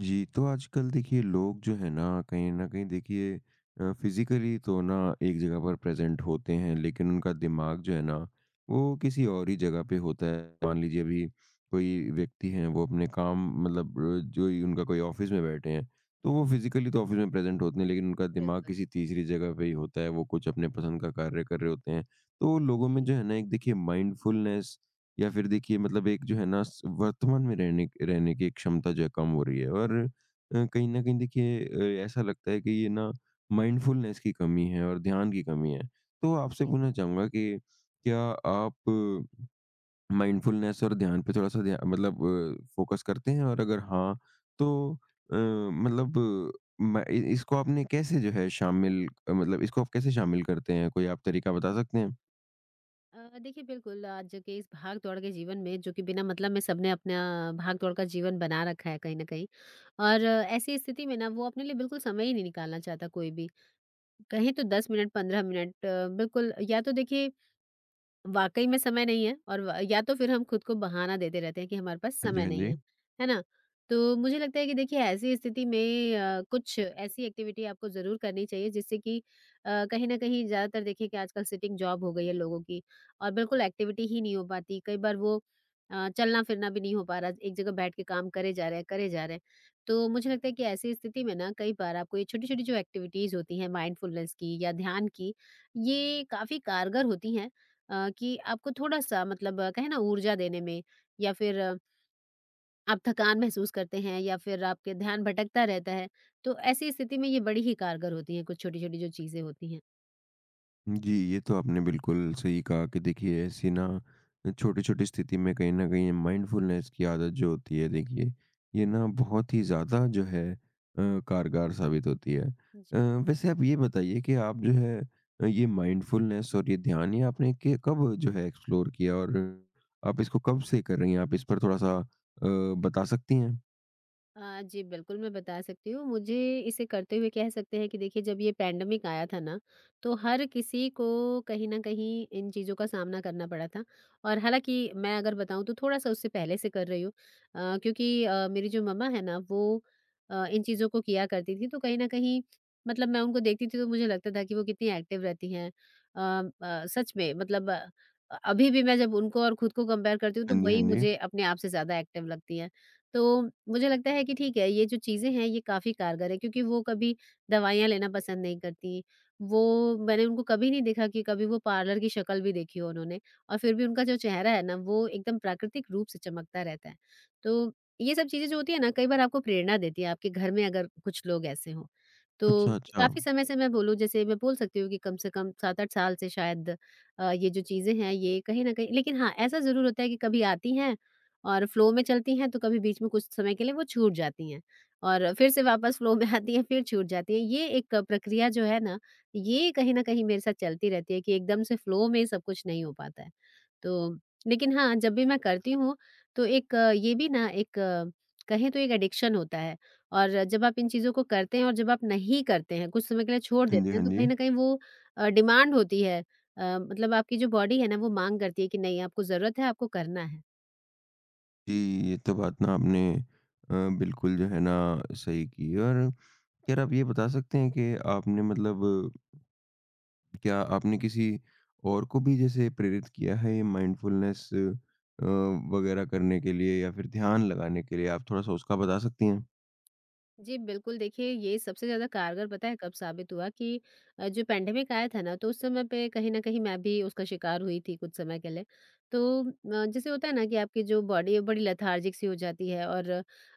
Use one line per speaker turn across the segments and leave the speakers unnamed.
जी, तो आजकल देखिए लोग जो है ना, कहीं न कहीं देखिए फ़िज़िकली तो ना एक जगह पर प्रेज़ेंट होते हैं, लेकिन उनका दिमाग जो है ना, वो किसी और ही जगह पे होता है। मान लीजिए अभी कोई व्यक्ति हैं, वो अपने काम मतलब जो ही उनका कोई ऑफ़िस में बैठे हैं, तो वो फ़िज़िकली तो ऑफ़िस में प्रेज़ेंट होते हैं, लेकिन उनका दिमाग
बिल्कुल,
किसी तीसरी जगह पे ही होता है, वो कुछ अपने पसंद का कार्य कर रहे होते हैं। तो लोगों में
जी,
जो है ना, एक देखिए माइंडफुलनेस या फिर देखिए मतलब एक जो है ना वर्तमान में रहने रहने की एक क्षमता जो है कम हो रही है और कहीं ना कहीं देखिए ऐसा लगता है कि ये ना माइंडफुलनेस की कमी है और ध्यान की कमी है। तो आपसे
जी।
पूछना चाहूंगा कि क्या आप माइंडफुलनेस और ध्यान पे थोड़ा सा ध्यान मतलब फोकस करते हैं और अगर हाँ तो मतलब इसको आपने कैसे जो है शामिल मतलब इसको आप कैसे शामिल करते हैं? कोई आप तरीका बता सकते
हुँ।
हैं?
देखिए बिल्कुल आज के इस भाग-दौड़ के जीवन में जो कि बिना मतलब में सबने अपना भाग-दौड़ का जीवन बना रखा है कहीं न कहीं। और ऐसी स्थिति में ना वो अपने लिए बिल्कुल समय ही नहीं निकालना चाहता कोई भी। कहें तो 10 मिनट 15 मिनट बिल्कुल या तो देखिए वाक़ई में समय नहीं है और व या तो फिर हम खुद को बहाना देते रहते हैं कि हमारे पास
हाँ जी,
समय
हाँ
नहीं
जी।
है, है ना? तो मुझे लगता है कि देखिए ऐसी स्थिति में कुछ ऐसी एक्टिविटी आपको ज़रूर करनी चाहिए जिससे कि कहीं न कहीं ज़्यादातर देखिए कि आजकल सिटिंग जॉब हो गई है लोगों की और बिल्कुल एक्टिविटी ही नहीं हो पाती। कई बार वो चलना-फिरना भी नहीं हो पा रहा, एक जगह बैठ के काम करे जा रहे हैं, करे जा रहे हैं। तो मुझे लगता है कि ऐसी स्थिति में ना कई बार आपको ये छोटी-छोटी जो एक्टिविटीज़ होती हैं माइंडफुलनेस की या ध्यान की, ये काफ़ी कारगर होती हैं। कि आपको थोड़ा-सा मतलब कहें ना ऊर्जा देने में या फिर आप थकान महसूस करते हैं या फिर आपके ध्यान भटकता रहता है, तो ऐसी स्थिति में ये बड़ी ही कारगर होती हैं, कुछ छोटी-छोटी जो चीज़ें होती हैं।
जी, ये तो आपने बिल्कुल सही कहा कि देखिए ऐसी ना छोटी-छोटी स्थिति में कहीं न कहीं माइंडफुलनेस की आदत जो होती है देखिए, ये ना बहुत ही ज़्यादा जो है कारगर साबित होती है।
जी।
वैसे आप ये बताइए कि आप जो है ये माइंडफुलनेस और ये ध्यान ये आपने के कब जो है एक्सप्लोर किया और आप इसको कब से कर रही हैं? आप इस पर थोड़ा-सा बता सकती हैं?
हाँ जी, बिल्कुल मैं बता सकती हूँ। मुझे इसे करते हुए कह सकते हैं कि देखिए जब ये पैंडेमिक आया था ना, तो हर किसी को कहीं न कहीं इन चीज़ों का सामना करना पड़ा था। और हालाँकि मैं अगर बताऊँ तो थोड़ा-सा उससे पहले से कर रही हूँ, क्योंकि मेरी जो मम्मा है ना वो इन चीज़ों को किया करती थी। तो कहीं न कहीं मतलब मैं उनको देखती थी तो मुझे लगता था कि वो कितनी एक्टिव रहती हैं। सच में मतलब अभी भी मैं जब उनको और खुद को कंपेयर करती हूँ तो
हाँ जी, हाँ
वही
जी।
मुझे अपने आप से ज़्यादा एक्टिव लगती हैं। तो मुझे लगता है कि ठीक है, ये जो चीज़ें हैं ये काफ़ी कारगर है क्योंकि वो कभी दवाइयाँ लेना पसंद नहीं करती। वो, मैंने उनको कभी नहीं देखा कि कभी वो पार्लर की शक्ल भी देखी हो उन्होंने और फिर भी उनका जो चेहरा है ना वो एकदम प्राकृतिक रूप से चमकता रहता है। तो ये सब चीज़ें जो होती है ना कई बार आपको प्रेरणा देती है, आपके घर में अगर कुछ लोग ऐसे हों। तो
अच्छा, अच्छा।
काफ़ी समय से मैं बोलूँ जैसे मैं बोल सकती हूँ कि कम से कम 7-8 साल से शायद ये जो चीज़ें हैं ये कहीं न कहीं। लेकिन हाँ, ऐसा ज़रूर होता है कि कभी आती हैं और फ्लो में चलती हैं तो कभी बीच में कुछ समय के लिए वो छूट जाती हैं और फिर से वापस फ्लो में आती हैं फिर छूट जाती हैं। ये एक प्रक्रिया जो है ना, ये कहीं न कहीं मेरे साथ चलती रहती है कि एकदम से फ्लो में सब कुछ नहीं हो पाता है। तो लेकिन हाँ, जब भी मैं करती हूँ तो एक ये भी ना एक कहें तो एक एडिक्शन होता है और जब आप इन चीज़ों को करते हैं और जब आप नहीं करते हैं, कुछ समय के लिए छोड़
हाँ जी,
देते हैं
हाँ
तो
जी।
कहीं न कहीं वो डिमांड होती है। मतलब आपकी जो बॉडी है ना वो माँग करती है कि नहीं आपको ज़रूरत है, आपको करना है।
जी, ये तो बात ना आपने बिल्कुल जो है ना सही की। और यार आप ये बता सकते हैं कि आपने मतलब क्या आपने किसी और को भी जैसे प्रेरित किया है ये माइंडफुलनेस वगैरह करने के लिए या फिर ध्यान लगाने के लिए? आप थोड़ा-सा उसका बता सकती हैं?
जी, बिल्कुल देखिए ये सबसे ज़्यादा कारगर पता है कब साबित हुआ कि जो पैंडेमिक आया था ना तो उस समय पे कहीं न कहीं मैं भी उसका शिकार हुई थी कुछ समय के लिए। तो जैसे होता है ना कि आपकी जो बॉडी है बड़ी लेथार्जिक सी हो जाती है और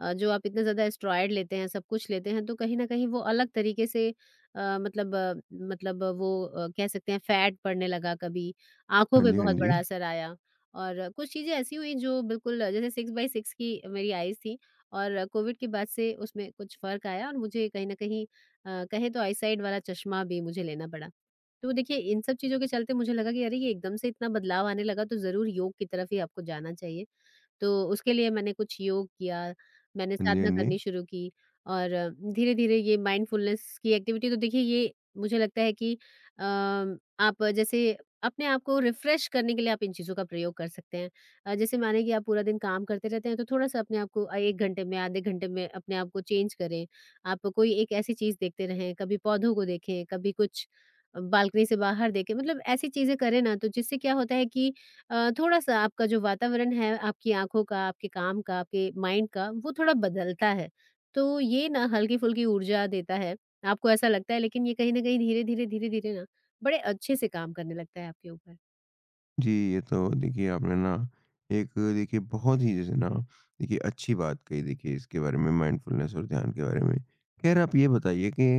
जो आप इतने ज़्यादा स्टेरॉइड लेते हैं, सब कुछ लेते हैं तो कहीं न कहीं वो अलग तरीके से कह सकते हैं फैट पड़ने लगा कभी, आँखों
हाँ
पे
जी, हाँ
बहुत
जी।
बड़ा असर आया। और कुछ चीज़ें ऐसी हुई जो बिल्कुल जैसे 6 बाई 6 की मेरी आईज़ थी और कोविड के बाद से उसमें कुछ फ़र्क आया और मुझे कहीं न कहीं कहें तो आईसाइट वाला चश्मा भी मुझे लेना पड़ा। तो देखिए इन सब चीज़ों के चलते मुझे लगा कि अरे! ये एकदम से इतना बदलाव आने लगा तो ज़रूर योग की तरफ ही आपको जाना चाहिए। तो उसके लिए मैंने कुछ योग किया, मैंने
हाँ जी, हाँ
साधना
जी।
करनी शुरू की और धीरे-धीरे ये माइंडफुलनेस की एक्टिविटी तो देखिए ये मुझे लगता है कि अ, आप जैसे अपने आप को रिफ्रेश करने के लिए आप इन चीज़ों का प्रयोग कर सकते हैं। जैसे माने कि आप पूरा दिन काम करते रहते हैं तो थोड़ा-सा अपने आप को 1 घंटे में, आधे घंटे में अपने आप को चेंज करें। आप कोई एक ऐसी चीज़ देखते रहें, कभी पौधों को देखें, कभी कुछ बालकनी से बाहर देखें, मतलब ऐसी चीज़ें करें ना तो जिससे क्या होता है कि थोड़ा-सा आपका जो वातावरण है, आपकी आँखों का, आपके काम का, आपके माइंड का, वो थोड़ा बदलता है। तो ये ना हल्की-फुल्की ऊर्जा देता है, आपको ऐसा लगता है लेकिन ये कहीं न कहीं धीरे-धीरे, धीरे-धीरे ना बड़े अच्छे से काम करने लगता है आपके ऊपर।
जी, ये तो देखिए आपने ना एक देखिए बहुत ही जैसे ना देखिए अच्छी बात कही देखिए इसके बारे में, माइंडफुलनेस और ध्यान के बारे में। ख़ैर आप ये बताइए कि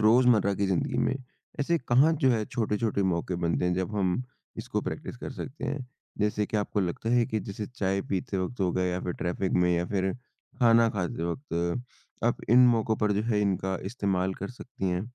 रोजमर्रा की जिंदगी में ऐसे कहाँ जो है छोटे-छोटे मौके बनते हैं जब हम इसको प्रैक्टिस कर सकते हैं? जैसे कि आपको लगता है कि जैसे चाय पीते वक़्त हो गया या फिर ट्रैफिक में या फिर खाना खाते वक़्त, आप इन मौकों पर जो है इनका इस्तेमाल कर सकती हैं?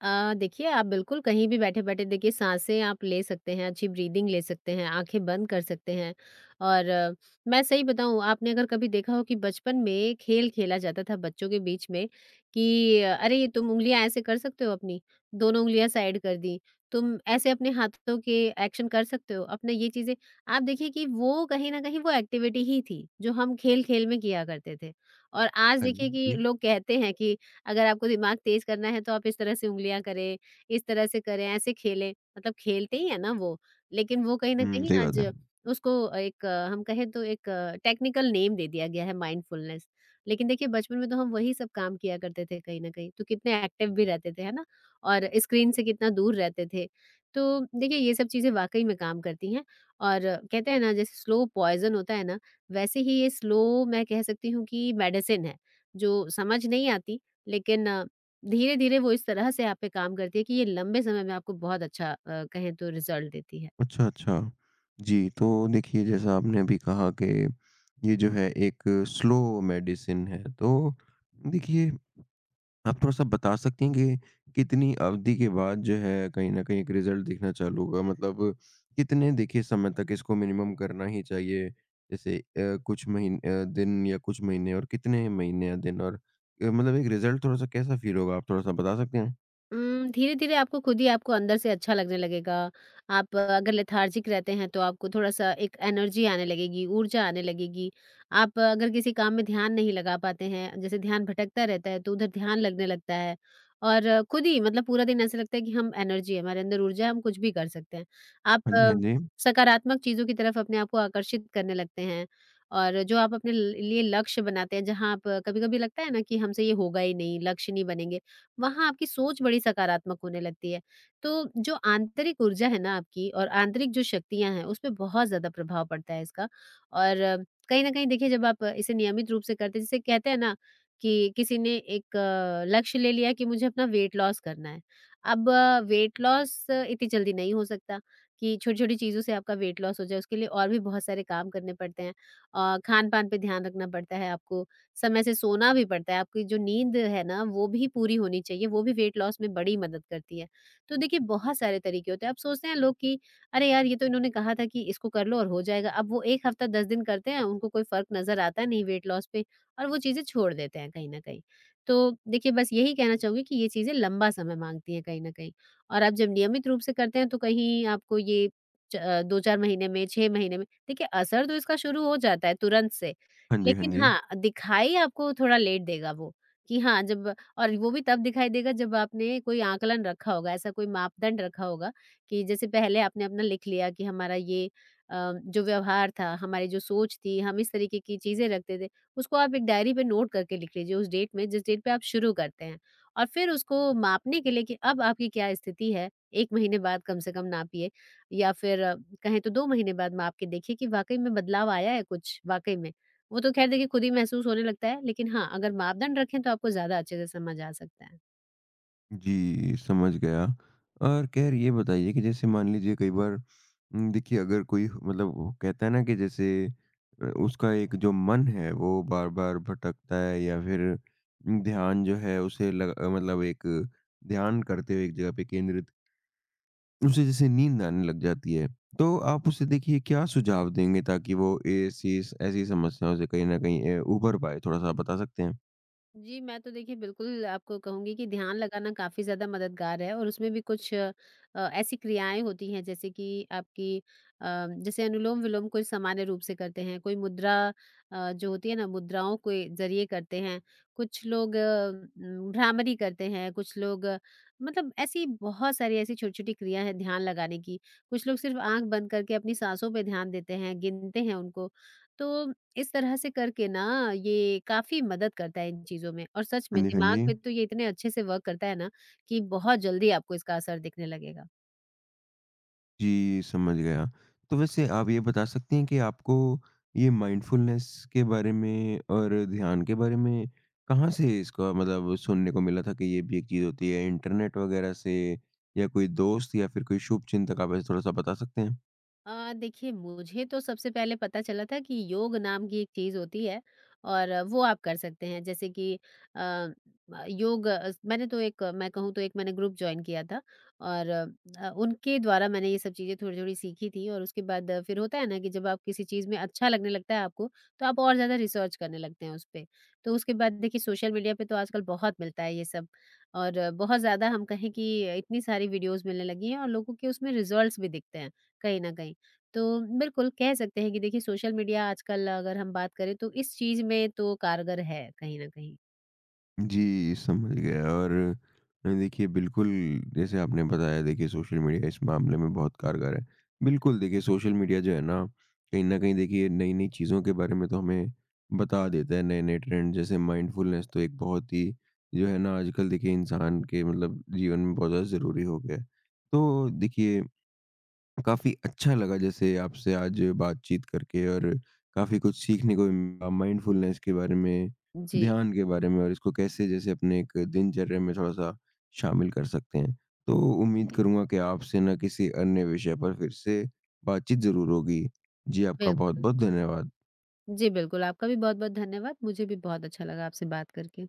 देखिए, आप बिल्कुल कहीं भी बैठे-बैठे देखिए साँसें आप ले सकते हैं, अच्छी ब्रीदिंग ले सकते हैं, आँखें बंद कर सकते हैं और मैं सही बताऊँ आपने अगर कभी देखा हो कि बचपन में खेल खेला जाता था बच्चों के बीच में कि अरे, ये तुम उँगलियाँ ऐसे कर सकते हो अपनी, दोनों उँगलियाँ साइड कर दी, तुम ऐसे अपने हाथों के एक्शन कर सकते हो, अपने ये चीज़ें आप देखिए कि वो कहीं न कहीं वो एक्टिविटी ही थी, जो हम खेल-खेल में किया करते थे और आज
हाँ जी,
देखिए
हाँ
कि
जी।
लोग कहते हैं कि अगर आपको दिमाग तेज करना है तो आप इस तरह से उँगलियाँ करें, इस तरह से करें, ऐसे खेलें। मतलब खेलते ही है ना वो, लेकिन वो कहीं न
हुँ,
कहीं
सही बात है।
आज उसको एक हम कहें तो एक टेक्निकल नेम दे दिया गया है माइंडफुलनेस। लेकिन देखिए बचपन में तो हम वही सब काम किया करते थे कहीं न कहीं, तो कितने एक्टिव भी रहते थे, है ना? और स्क्रीन से कितना दूर रहते थे। तो देखिए ये सब चीज़ें वाक़ई में काम करती हैं और कहते हैं ना जैसे स्लो पॉइज़न होता है ना, वैसे ही ये स्लो मैं कह सकती हूँ कि मेडिसिन है, जो समझ नहीं आती, लेकिन धीरे-धीरे वो इस तरह से आप पे काम करती है कि ये लंबे समय में आपको बहुत अच्छा कहें तो रिज़ल्ट देती है।
अच्छा, अच्छा। जी, तो देखिए जैसा आपने अभी कहा कि ये जो है एक स्लो मेडिसिन है, तो देखिए आप थोड़ा-सा बता सकती हैं कि कितनी अवधि के बाद जो है कहीं न कहीं एक रिज़ल्ट दिखना चालू होगा? मतलब कितने देखिए समय तक इसको मिनिमम करना ही चाहिए? जैसे दिन या कुछ महीने और कितने महीने या दिन और मतलब एक रिज़ल्ट थोड़ा-सा कैसा फ़ील होगा? आप थोड़ा-सा बता सकते हैं?
धीरे-धीरे आपको खुद ही आपको अंदर से अच्छा लगने लगेगा। आप अगर लेथार्जिक रहते हैं तो आपको थोड़ा-सा एक एनर्जी आने लगेगी, ऊर्जा आने लगेगी। आप अगर किसी काम में ध्यान नहीं लगा पाते हैं, जैसे ध्यान भटकता रहता है तो उधर ध्यान लगने लगता है। और खुद ही मतलब पूरा दिन ऐसा लगता है कि हम एनर्जी है, हमारे अंदर ऊर्जा है, हम कुछ भी कर सकते हैं। आप
हाँ जी, हाँ जी।
सकारात्मक चीज़ों की तरफ अपने आप को आकर्षित करने लगते हैं और जो आप अपने ल लिए लक्ष्य बनाते हैं, जहाँ आप कभी-कभी लगता है ना कि हमसे ये होगा ही नहीं, लक्ष्य नहीं बनेंगे। वहाँ आपकी सोच बड़ी सकारात्मक होने लगती है। तो जो आंतरिक ऊर्जा है ना आपकी और आंतरिक जो शक्तियाँ हैं, उसपे बहुत ज़्यादा प्रभाव पड़ता है इसका। और कहीं न कहीं देखिए जब आप इसे नियमित रूप से करते हैं जैसे कहते हैं ना कि किसी ने एक लक्ष्य ले लिया कि मुझे अपना वेट लॉस करना है। अब वेट लॉस इतनी जल्दी नहीं हो सकता कि छोटी-छोटी चीज़ों से आपका वेट लॉस हो जाए, उसके लिए और भी बहुत सारे काम करने पड़ते हैं। खान-पान पे ध्यान रखना पड़ता है आपको, समय से सोना भी पड़ता है, आपकी जो नींद है ना वो भी पूरी होनी चाहिए, वो भी वेट लॉस में बड़ी मदद करती है। तो देखिए बहुत सारे तरीके होते हैं, अब सोचते हैं लोग कि अरे यार ये तो इन्होंने कहा था कि इसको कर लो और हो जाएगा, अब वो 1 हफ्ता 10 दिन करते हैं, उनको कोई फ़र्क नज़र आता नहीं वेट लॉस पे और वो चीज़ें छोड़ देते हैं कहीं न कहीं। तो देखिए बस यही कहना चाहूँगी कि ये चीज़ें लंबा समय माँगती हैं कहीं न कहीं और आप जब नियमित रूप से करते हैं तो कहीं आपको ये 2-4 महीने में, 6 महीने में देखिए असर तो इसका शुरू हो जाता है तुरंत से,
हाँ जी, हाँ
लेकिन
जी।
हाँ, दिखाई आपको थोड़ा लेट देगा वो, कि हाँ, जब और वो भी तब दिखाई देगा जब आपने कोई आकलन रखा होगा, ऐसा कोई मापदंड रखा होगा कि जैसे पहले आपने अपना लिख लिया कि हमारा ये जो व्यवहार था, हमारी जो सोच थी, हम इस तरीके की चीज़ें रखते थे, उसको आप एक डायरी पे नोट करके लिख लीजिए उस डेट में, जिस डेट पे आप शुरू करते हैं। और फिर उसको मापने के लिए कि अब आपकी क्या स्थिति है, 1 महीने बाद कम से कम नापिए या फिर कहें तो 2 महीने बाद माप के देखिए कि वाक़ई में बदलाव आया है कुछ, वाक़ई में। वो तो ख़ैर देखिए खुद ही महसूस होने लगता है, लेकिन हाँ, अगर मापदंड रखें तो आपको ज़्यादा अच्छे से समझ आ सकता है।
जी, समझ गया। और ख़ैर ये बताइए कि जैसे मान लीजिए कई बार देखिए अगर कोई मतलब वो कहता है ना कि जैसे उसका एक जो मन है वो बार-बार भटकता है या फिर ध्यान जो है उसे मतलब एक ध्यान करते हुए एक जगह पे केंद्रित उसे जैसे नींद आने लग जाती है। तो आप उसे देखिए क्या सुझाव देंगे ताकि वो ऐसी ऐसी समस्याओं से कहीं न कहीं उभर पाए? थोड़ा-सा आप बता सकते हैं?
जी, मैं तो देखिए बिल्कुल आपको कहूँगी कि ध्यान लगाना काफ़ी ज़्यादा मददगार है और उसमें भी कुछ ऐसी क्रियाएँ होती हैं जैसे कि आपकी जैसे अनुलोम-विलोम कोई सामान्य रूप से करते हैं, कोई मुद्रा जो होती है ना मुद्राओं के ज़रिए करते हैं, कुछ लोग भ्रामरी करते हैं, कुछ लोग मतलब ऐसी बहुत सारी ऐसी छोटी-छोटी क्रिया है ध्यान लगाने की। कुछ लोग सिर्फ़ आँख बंद करके अपनी साँसों पे ध्यान देते हैं, गिनते हैं उनको। तो इस तरह से करके ना ये काफ़ी मदद करता है इन चीज़ों में और सच में
हाँ जी, हाँ
दिमाग
जी।
पे तो ये इतने अच्छे से वर्क करता है ना कि बहुत जल्दी आपको इसका असर दिखने लगेगा।
जी, समझ गया। तो वैसे आप ये बता सकते हैं कि आपको ये माइंडफुलनेस के बारे में और ध्यान के बारे में कहाँ से इसका मतलब सुनने को मिला था कि ये भी एक चीज़ होती है? इंटरनेट वगैरह से या कोई दोस्त या फिर कोई शुभचिंतक, आप ऐसे थोड़ा-सा बता सकते हैं?
देखिए मुझे तो सबसे पहले पता चला था कि योग नाम की एक चीज़ होती है और वो आप कर सकते हैं जैसे कि योग मैंने तो एक मैं कहूँ तो एक मैंने ग्रुप ज्वाइन किया था और उनके द्वारा मैंने ये सब चीज़ें थोड़ी-थोड़ी सीखी थी और उसके बाद फिर होता है ना कि जब आप किसी चीज़ में अच्छा लगने लगता है आपको, तो आप और ज़्यादा रिसर्च करने लगते हैं उस पे। तो उसके बाद देखिए सोशल मीडिया पे तो आजकल बहुत मिलता है ये सब और बहुत ज़्यादा हम कहें कि इतनी सारी वीडियोज़ मिलने लगी हैं और लोगों के उसमें रिज़ल्ट्स भी दिखते हैं, कहीं न कहीं। तो बिल्कुल कह सकते हैं कि देखिए सोशल मीडिया आजकल अगर हम बात करें तो इस चीज़ में तो कारगर है कहीं न कहीं।
जी, समझ गया। और देखिए बिल्कुल जैसे आपने बताया, देखिए सोशल मीडिया इस मामले में बहुत कारगर है। बिल्कुल देखिए सोशल मीडिया जो है ना, कहीं न कहीं देखिए नई-नई चीज़ों के बारे में तो हमें बता देता है, नए-नए ट्रेंड जैसे माइंडफुलनेस तो एक बहुत ही जो है ना आजकल देखिए इंसान के मतलब जीवन में बहुत ज़्यादा ज़रूरी हो गया है। तो देखिए काफ़ी अच्छा लगा जैसे आपसे आज बातचीत करके और काफ़ी कुछ सीखने को भी मिला माइंडफुलनेस के बारे में,
जी,
ध्यान के बारे में और इसको कैसे जैसे अपने एक दिनचर्या में थोड़ा-सा शामिल कर सकते हैं। तो उम्मीद
जी,
करूँगा कि आपसे ना किसी अन्य विषय पर फिर से बातचीत ज़रूर होगी। जी, आपका
बिल्कुल।
बहुत-बहुत धन्यवाद।
जी, बिल्कुल आपका भी बहुत-बहुत धन्यवाद। मुझे भी बहुत अच्छा लगा आपसे बात करके।